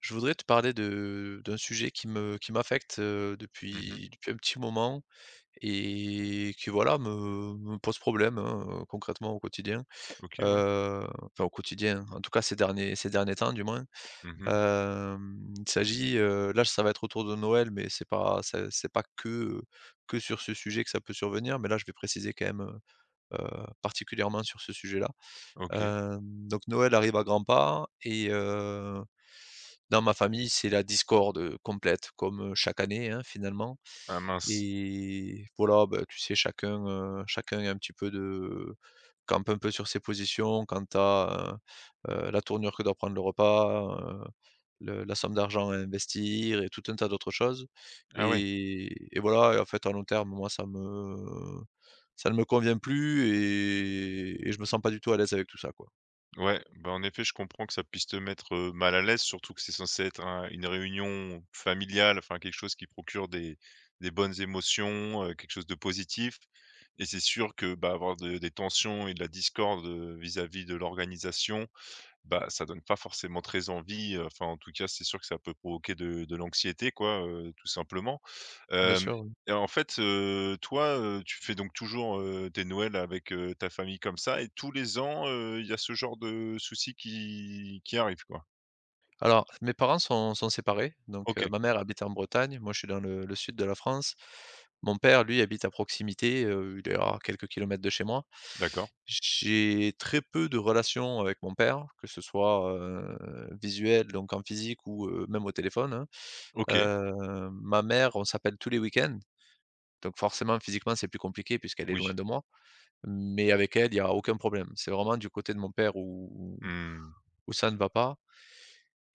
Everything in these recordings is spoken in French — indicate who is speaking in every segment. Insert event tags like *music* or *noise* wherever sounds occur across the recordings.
Speaker 1: Je voudrais te parler de d'un sujet qui m'affecte,
Speaker 2: Mmh mh.
Speaker 1: depuis depuis un petit moment et qui voilà me pose problème, hein, concrètement au quotidien.
Speaker 2: OK, ouais.
Speaker 1: Enfin au quotidien, en tout cas ces derniers temps du moins.
Speaker 2: Mmh mh.
Speaker 1: Il s'agit, là ça va être autour de Noël, mais c'est pas que, que sur ce sujet que ça peut survenir, mais là je vais préciser quand même, particulièrement sur ce sujet-là.
Speaker 2: OK.
Speaker 1: Hem, donc Noël arrive à grands pas et dans ma famille, c'est la discorde complète, comme chaque année, hein, finalement.
Speaker 2: Ah mince.
Speaker 1: Et voilà, bah, tu sais chacun, chacun est un petit peu de campe un peu sur ses positions quant à, la tournure que doit prendre le repas, le la somme d'argent à investir et tout un tas d'autres choses.
Speaker 2: Ah ouais.
Speaker 1: Et voilà, et en fait, à long terme, moi, ça ne me convient plus et je me sens pas du tout à l'aise avec tout ça, quoi.
Speaker 2: Ouais, bah, en effet, je comprends que ça puisse te mettre, mal à l'aise, surtout que c'est censé être un une réunion familiale, enfin quelque chose qui procure des bonnes émotions, quelque chose de positif et c'est sûr que, bah, avoir de des tensions et de la discorde, vis-à-vis de l'organisation. Bah, ça donne pas forcément très envie, enfin, en tout cas, c'est sûr que ça peut provoquer de l'anxiété, quoi, tout simplement.
Speaker 1: Bien
Speaker 2: Hem
Speaker 1: sûr, oui.
Speaker 2: Et en fait, toi, tu fais donc toujours, tes Noëls avec, ta famille comme ça et tous les ans, il y a ce genre de souci qui arrive, quoi?
Speaker 1: Alors, mes parents sont séparés, donc
Speaker 2: OK,
Speaker 1: ma mère habite en Bretagne, moi je suis dans le sud de la France. Mon père, lui, habite à proximité, il est à quelques kilomètres de chez moi.
Speaker 2: d'accord.
Speaker 1: J'ai très peu de relations avec mon père, que ce soit, visuel, donc en physique ou, même au téléphone, hein.
Speaker 2: OK,
Speaker 1: Ma mère, on s'appelle tous les week-ends, donc forcément physiquement c'est plus compliqué puisqu'elle est
Speaker 2: oui.
Speaker 1: loin de moi, mais avec elle, il n'y a aucun problème. C'est vraiment du côté de mon père où
Speaker 2: Mmh.
Speaker 1: ça ne va pas.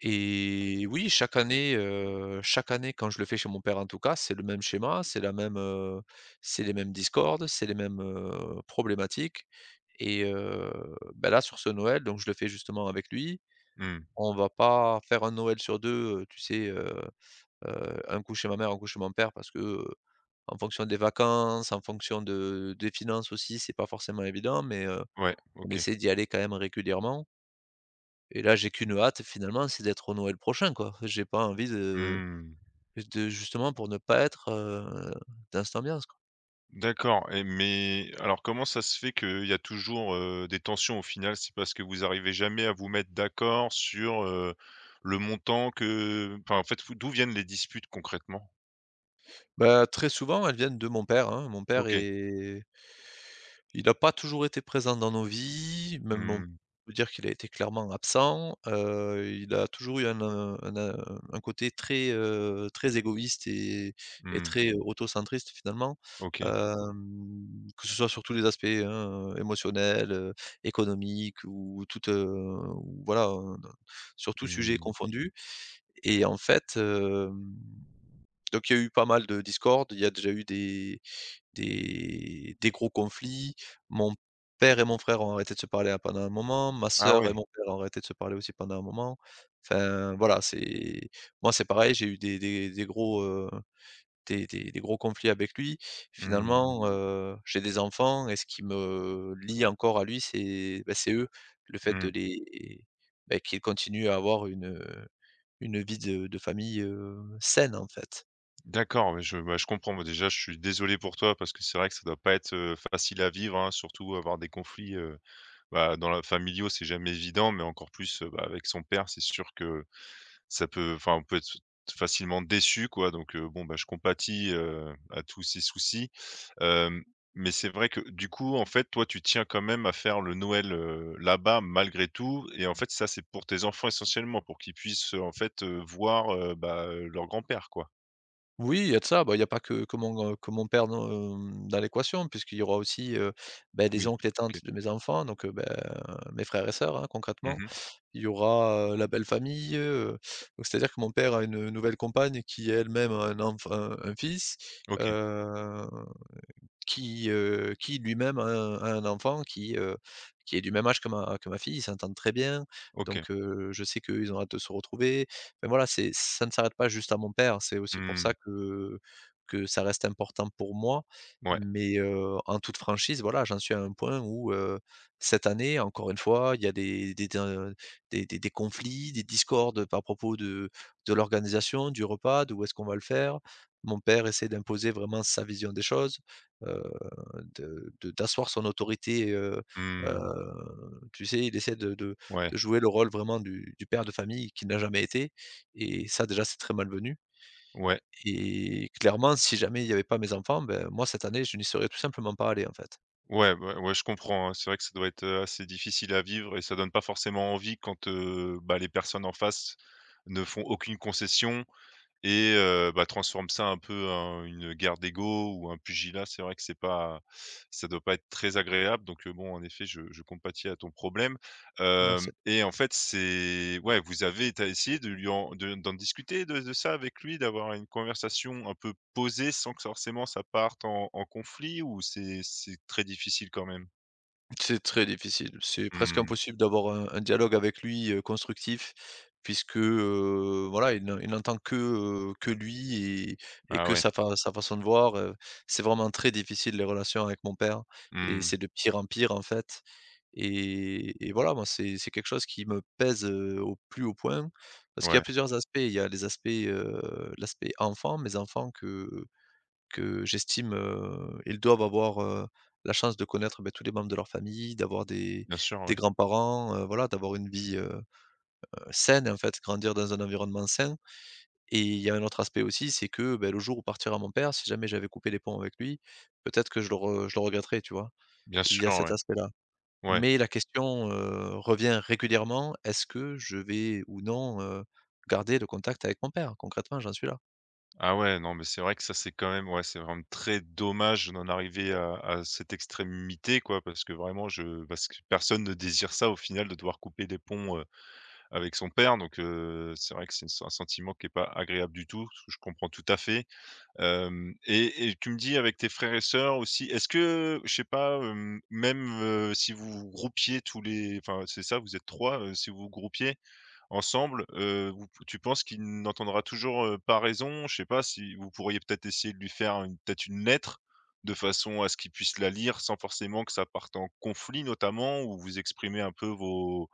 Speaker 1: Et oui, chaque année quand je le fais chez mon père en tout cas, c'est le même schéma, c'est la même, c'est les mêmes discordes, c'est les mêmes, problématiques. et heu, Bah, là sur ce Noël, donc je le fais justement avec lui.
Speaker 2: Mmh.
Speaker 1: On va pas faire un Noël sur 2, tu sais, un coup chez ma mère, un coup chez mon père parce que, en fonction des vacances, en fonction de des finances aussi, c'est pas forcément évident mais
Speaker 2: Ouais,
Speaker 1: on
Speaker 2: OK.
Speaker 1: essaie d'y aller quand même régulièrement. Et là, j'ai qu'une hâte finalement, c'est d'être au Noël prochain, quoi. J'ai pas envie de
Speaker 2: Mmh.
Speaker 1: justement, pour ne pas être, dans cette ambiance, quoi.
Speaker 2: D'accord. Et mais alors comment ça se fait qu'il y a toujours, des tensions au final? C'est parce que vous arrivez jamais à vous mettre d'accord sur, le montant que enfin, en fait, vous d'où viennent les disputes concrètement?
Speaker 1: Bah, très souvent, elles viennent de mon père, hein. Mon père
Speaker 2: OK.
Speaker 1: est il n'a pas toujours été présent dans nos vies, même on
Speaker 2: Mmh,
Speaker 1: peut dire qu'il a été clairement absent. Il a toujours eu un, un côté très, très égoïste et
Speaker 2: mmh,
Speaker 1: très autocentriste finalement.
Speaker 2: OK.
Speaker 1: Hem, que ce soit sur tous les aspects, hein, émotionnels, économiques ou tout, ou voilà, sur tout sujet
Speaker 2: Mmh.
Speaker 1: confondu. Et en fait, hem Donc il y a eu pas mal de discordes, il y a déjà eu des gros conflits. Mon père et mon frère ont arrêté de se parler pendant un moment, ma
Speaker 2: Ah
Speaker 1: sœur et
Speaker 2: ouais.
Speaker 1: mon père ont arrêté de se parler aussi pendant un moment. Enfin voilà, c'est moi, c'est pareil, j'ai eu des gros, des gros conflits avec lui.
Speaker 2: Mmh,
Speaker 1: Finalement, j'ai des enfants et ce qui me lie encore à lui, c'est, bah, c'est eux. Le fait de
Speaker 2: mmh.
Speaker 1: les bah, qu'ils continuent à avoir une vie de famille, saine en fait.
Speaker 2: D'accord, ouais, je bah, je comprends. Moi déjà, je suis désolé pour toi parce que c'est vrai que ça doit pas être, facile à vivre, hein, surtout avoir des conflits, bah, dans la familiaux, c'est jamais évident, mais encore plus, bah, avec son père, c'est sûr que ça peut enfin, on peut être facilement déçu quoi, donc bon, bah, je compatis, à tous ces soucis. Hem, mais c'est vrai que du coup, en fait, toi, tu tiens quand même à faire le Noël, là-bas malgré tout et en fait, ça, c'est pour tes enfants essentiellement, pour qu'ils puissent, en fait, voir, bah, leur grand-père quoi?
Speaker 1: Oui, il y a de ça. Bah, il y a pas que mon père dans, dans l'équation puisqu'il y aura aussi, beh, les
Speaker 2: Oui,
Speaker 1: oncles et
Speaker 2: OK.
Speaker 1: tantes de mes enfants, donc mes frères et sœurs, hein, concrètement.
Speaker 2: Mmh.
Speaker 1: Il y aura, la belle-famille, donc c'est-à-dire que mon père a une nouvelle compagne qui elle-même a un enf un fils,
Speaker 2: OK,
Speaker 1: heu qui lui-même a un enfant qui est du même âge que ma fille. Ils s'entendent très bien,
Speaker 2: OK.
Speaker 1: donc je sais qu'ils ont hâte de se retrouver. Mais voilà, c'est ça ne s'arrête pas juste à mon père. C'est aussi pour ça
Speaker 2: Mmh.
Speaker 1: que ça reste important pour moi,
Speaker 2: Ouais.
Speaker 1: mais en toute franchise, voilà, j'en suis à un point où, cette année, encore une fois, il y a des conflits, des discordes à propos de l'organisation, du repas, d'où est-ce qu'on va le faire. Mon père essaie d'imposer vraiment sa vision des choses, heu de d'asseoir son autorité,
Speaker 2: Mmh.
Speaker 1: tu sais, il essaie de de
Speaker 2: Ouais,
Speaker 1: de jouer le rôle vraiment du père de famille qu'il n'a jamais été, et ça déjà c'est très malvenu.
Speaker 2: ouais.
Speaker 1: Et clairement, si jamais il n'y avait pas mes enfants, ben, moi cette année je n'y serais tout simplement pas allé en fait.
Speaker 2: Ouais, bah, ouais, je comprends, hein. C'est vrai que ça doit être, assez difficile à vivre et ça donne pas forcément envie quand, bah, les personnes en face ne font aucune concession, et bah, transforme ça un peu en une guerre d'ego ou un pugilat. C'est vrai que c'est pas ça doit pas être très agréable donc bon, en effet, je compatis à ton problème.
Speaker 1: Merci.
Speaker 2: Hem Et en fait, c'est ouais, vous avez tu essayé de lui en de d'en discuter de ça avec lui? D'avoir une conversation un peu posée sans que forcément ça parte en en conflit ou c'est très difficile quand même?
Speaker 1: C'est très difficile. C'est presque
Speaker 2: Mmh.
Speaker 1: impossible d'avoir un dialogue avec lui, constructif, puisque, voilà, il n'entend que lui et
Speaker 2: Ah
Speaker 1: que
Speaker 2: ouais.
Speaker 1: sa fa sa façon de voir, c'est vraiment très difficile les relations avec mon père et
Speaker 2: Mmh.
Speaker 1: c'est de pire en pire, en fait. Et voilà, moi, c'est quelque chose qui me pèse, au plus haut point parce qu'il y a
Speaker 2: Ouais,
Speaker 1: plusieurs aspects. Il y a les aspects, l'aspect enfant, mes enfants que j'estime, ils doivent avoir, la chance de connaître, beh, tous les membres de leur famille, d'avoir
Speaker 2: bien sûr,
Speaker 1: des
Speaker 2: ouais.
Speaker 1: grands-parents, voilà, d'avoir une vie, saine, en fait, grandir dans un environnement sain. Et il y a un autre aspect aussi, c'est que, beh, le jour où partira mon père, si jamais j'avais coupé les ponts avec lui, peut-être que je le regretterais, tu vois?
Speaker 2: Bien
Speaker 1: Il
Speaker 2: sûr,
Speaker 1: y a cet
Speaker 2: ouais.
Speaker 1: aspect-là.
Speaker 2: Ouais.
Speaker 1: Mais la question, revient régulièrement, est-ce que je vais ou non, garder le contact avec mon père? Concrètement, j'en suis là.
Speaker 2: Ah ouais, non, mais c'est vrai que ça, c'est quand même ouais, c'est vraiment très dommage d'en arriver à cette extrémité, quoi, parce que vraiment je parce que personne ne désire ça au final de devoir couper des ponts, avec son père donc c'est vrai que c'est un sentiment qui est pas agréable du tout, ce que je comprends tout à fait. Hem Et tu me dis avec tes frères et sœurs aussi, est-ce que, je sais pas, même, si vous vous groupiez tous les enfin, c'est ça, vous êtes 3 si vous vous groupiez ensemble, vous tu penses qu'il n'entendra toujours, pas raison? Je sais pas si vous pourriez peut-être essayer de lui faire une peut-être une lettre, de façon à ce qu'il puisse la lire sans forcément que ça parte en conflit notamment, où vous exprimez un peu vos,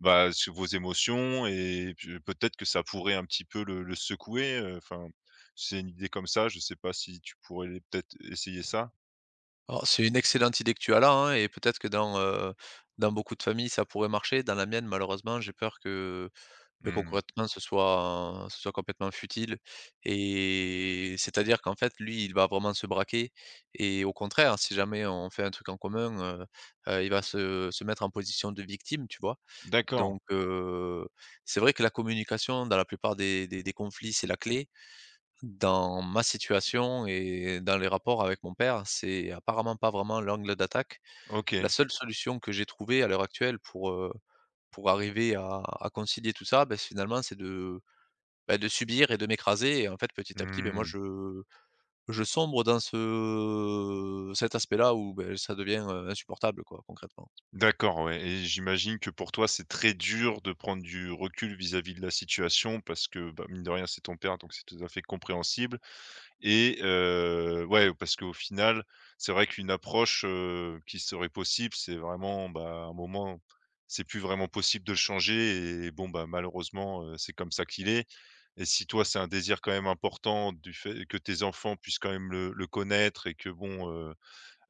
Speaker 2: bah, ce vos émotions et puis peut-être que ça pourrait un petit peu le secouer, enfin, c'est une idée comme ça, je sais pas si tu pourrais peut-être essayer ça?
Speaker 1: Alors, c'est une excellente idée que tu as là, hein, et peut-être que dans, dans beaucoup de familles, ça pourrait marcher. Dans la mienne, malheureusement, j'ai peur que, beh,
Speaker 2: Mmh.
Speaker 1: concrètement, ce soit complètement futile, et c'est-à-dire qu'en fait, lui, il va vraiment se braquer et au contraire, si jamais on fait un truc en commun, il va se mettre en position de victime, tu vois?
Speaker 2: D'accord,
Speaker 1: Donc c'est vrai que la communication, dans la plupart des conflits, c'est la clé. Dans ma situation et dans les rapports avec mon père, c'est apparemment pas vraiment l'angle d'attaque. La
Speaker 2: OK.
Speaker 1: seule solution que j'ai trouvée à l'heure actuelle pour arriver à concilier tout ça, beh, finalement, c'est de, bah, de subir et de m'écraser et en fait, petit à petit, beh, moi,
Speaker 2: Mmh.
Speaker 1: je sombre dans ce cet aspect-là où, beh, ça devient, insupportable, quoi, concrètement.
Speaker 2: D'accord, ouais et j'imagine que pour toi, c'est très dur de prendre du recul vis-à-vis de la situation parce que, bah, mine de rien, c'est ton père, donc c'est tout à fait compréhensible et ouais, parce qu'au final, c'est vrai qu'une approche, qui serait possible, c'est vraiment, bah, à un moment, c'est plus vraiment possible de le changer et bon, bah, malheureusement, c'est comme ça qu'il est et si toi, c'est un désir quand même important du fait que tes enfants puissent quand même le connaître et que bon,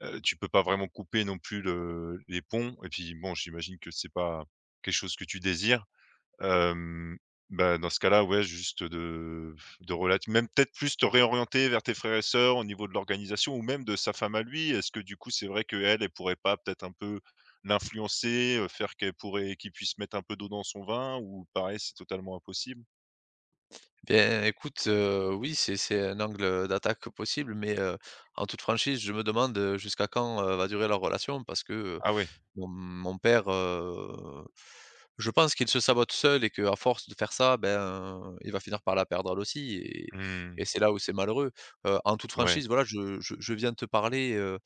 Speaker 2: Tu peux pas vraiment couper non plus le les ponts et puis bon, j'imagine que c'est pas quelque chose que tu désires. Hem, bah, dans ce cas-là, ouais, juste de relate même peut-être plus te réorienter vers tes frères et sœurs au niveau de l'organisation ou même de sa femme à lui. Est-ce que du coup, c'est vrai qu'elle, elle elle pourrait pas peut-être un peu l'influencer, faire qu'elle pourrait qu'il puisse mettre un peu d'eau dans son vin ou pareil, c'est totalement impossible?
Speaker 1: Bien, écoute, oui, c'est un angle d'attaque possible mais, en toute franchise, je me demande, jusqu'à quand, va durer leur relation parce que,
Speaker 2: Ah ouais.
Speaker 1: mon père, je pense qu'il se sabote seul et qu'à force de faire ça, ben, il va finir par la perdre elle aussi, et
Speaker 2: Mmh.
Speaker 1: c'est là où c'est malheureux. En toute
Speaker 2: Ouais.
Speaker 1: franchise, voilà, je viens te parler, heu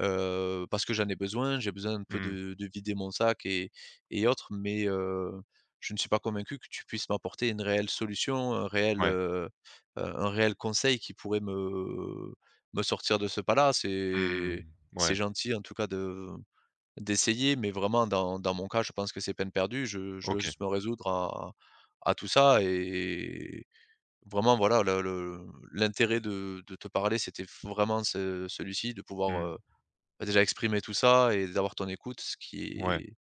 Speaker 1: heu, parce que j'en ai besoin. J'ai besoin un peu
Speaker 2: Mmh.
Speaker 1: de vider mon sac et autres, mais je ne suis pas convaincu que tu puisses m'apporter une réelle solution,
Speaker 2: Ouais.
Speaker 1: un réel conseil qui pourrait me sortir de ce pas-là. C'est
Speaker 2: Mmh.
Speaker 1: c'est
Speaker 2: Ouais.
Speaker 1: gentil en tout cas de d'essayer, mais vraiment dans mon cas, je pense que c'est peine perdue. Je dois
Speaker 2: OK.
Speaker 1: juste me résoudre à tout ça et vraiment voilà le l'intérêt de te parler, c'était vraiment ce celui-ci, de pouvoir,
Speaker 2: Mmh.
Speaker 1: bah, déjà exprimer tout ça et d'avoir ton écoute, ce qui
Speaker 2: Ouais.
Speaker 1: est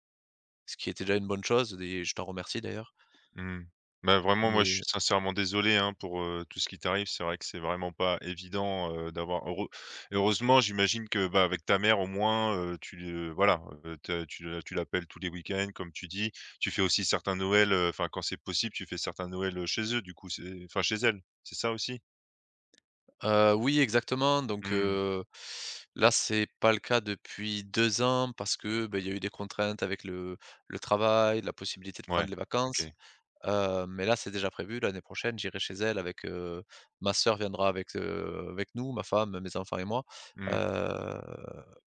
Speaker 1: ce qui était déjà une bonne chose, et je t'en remercie d'ailleurs.
Speaker 2: Mmh. Bah, vraiment, moi, je
Speaker 1: Mais
Speaker 2: suis sincèrement désolé, hein, pour, tout ce qui t'arrive. C'est vrai que c'est vraiment pas évident, d'avoir heureux heureusement, j'imagine que, bah, avec ta mère, au moins, tu le voilà, te tu le tu l'appelles tous les week-ends, comme tu dis. Tu fais aussi certains Noël, enfin, quand c'est possible, tu fais certains Noël chez eux, du coup, c'est enfin, chez elle, c'est ça aussi?
Speaker 1: oui exactement, donc
Speaker 2: Mmh.
Speaker 1: là, c'est pas le cas depuis 2 ans parce que, beh, il y a eu des contraintes avec le travail, la possibilité de
Speaker 2: Ouais,
Speaker 1: prendre les vacances.
Speaker 2: OK.
Speaker 1: Mais là, c'est déjà prévu. L'année prochaine, j'irai chez elle avec, ma sœur viendra avec, avec nous, ma femme, mes enfants et moi.
Speaker 2: Mmh.
Speaker 1: Heu,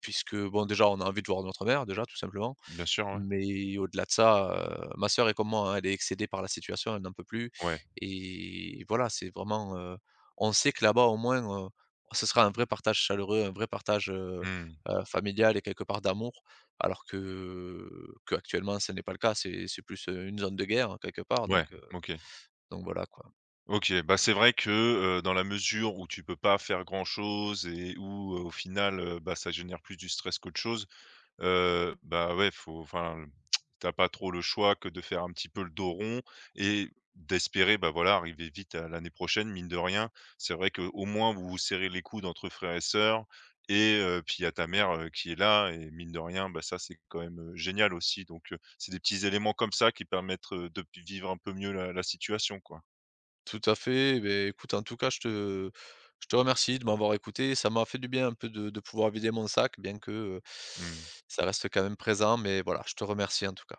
Speaker 1: Puisque bon, déjà, on a envie de voir notre mère, déjà, tout simplement.
Speaker 2: Bien sûr, ouais.
Speaker 1: Mais au-delà de ça, ma sœur est comme moi, hein, elle est excédée par la situation, elle n'en peut plus
Speaker 2: Ouais.
Speaker 1: et voilà, c'est vraiment, on sait que là-bas au moins, ce sera un vrai partage chaleureux, un vrai partage,
Speaker 2: Mmh.
Speaker 1: familial et quelque part d'amour. Alors que actuellement, ce n'est pas le cas, c'est plus, une zone de guerre hein, quelque part,
Speaker 2: Ouais, OK.
Speaker 1: donc voilà quoi.
Speaker 2: OK, bah, c'est vrai que, dans la mesure où tu peux pas faire grand-chose et où, au final, bah, ça génère plus du stress qu'autre chose, bah, ouais, faut enfin, tu as *tsk* pas trop le choix que de faire un petit peu le dos rond et d'espérer, bah, voilà, arriver vite à l'année prochaine, mine de rien. C'est vrai que au moins vous vous serrez les coudes entre frères et sœurs et puis il y a ta mère, qui est là et mine de rien, bah, ça, c'est quand même, génial aussi donc c'est des petits éléments comme ça qui permettent, de vivre un peu mieux la situation, quoi.
Speaker 1: Tout à fait. Beh, écoute, en tout cas, je te remercie de m'avoir écouté. Ça m'a fait du bien un peu de pouvoir vider mon sac, bien que,
Speaker 2: Mmh.
Speaker 1: ça reste quand même présent, mais voilà, je te remercie en tout cas.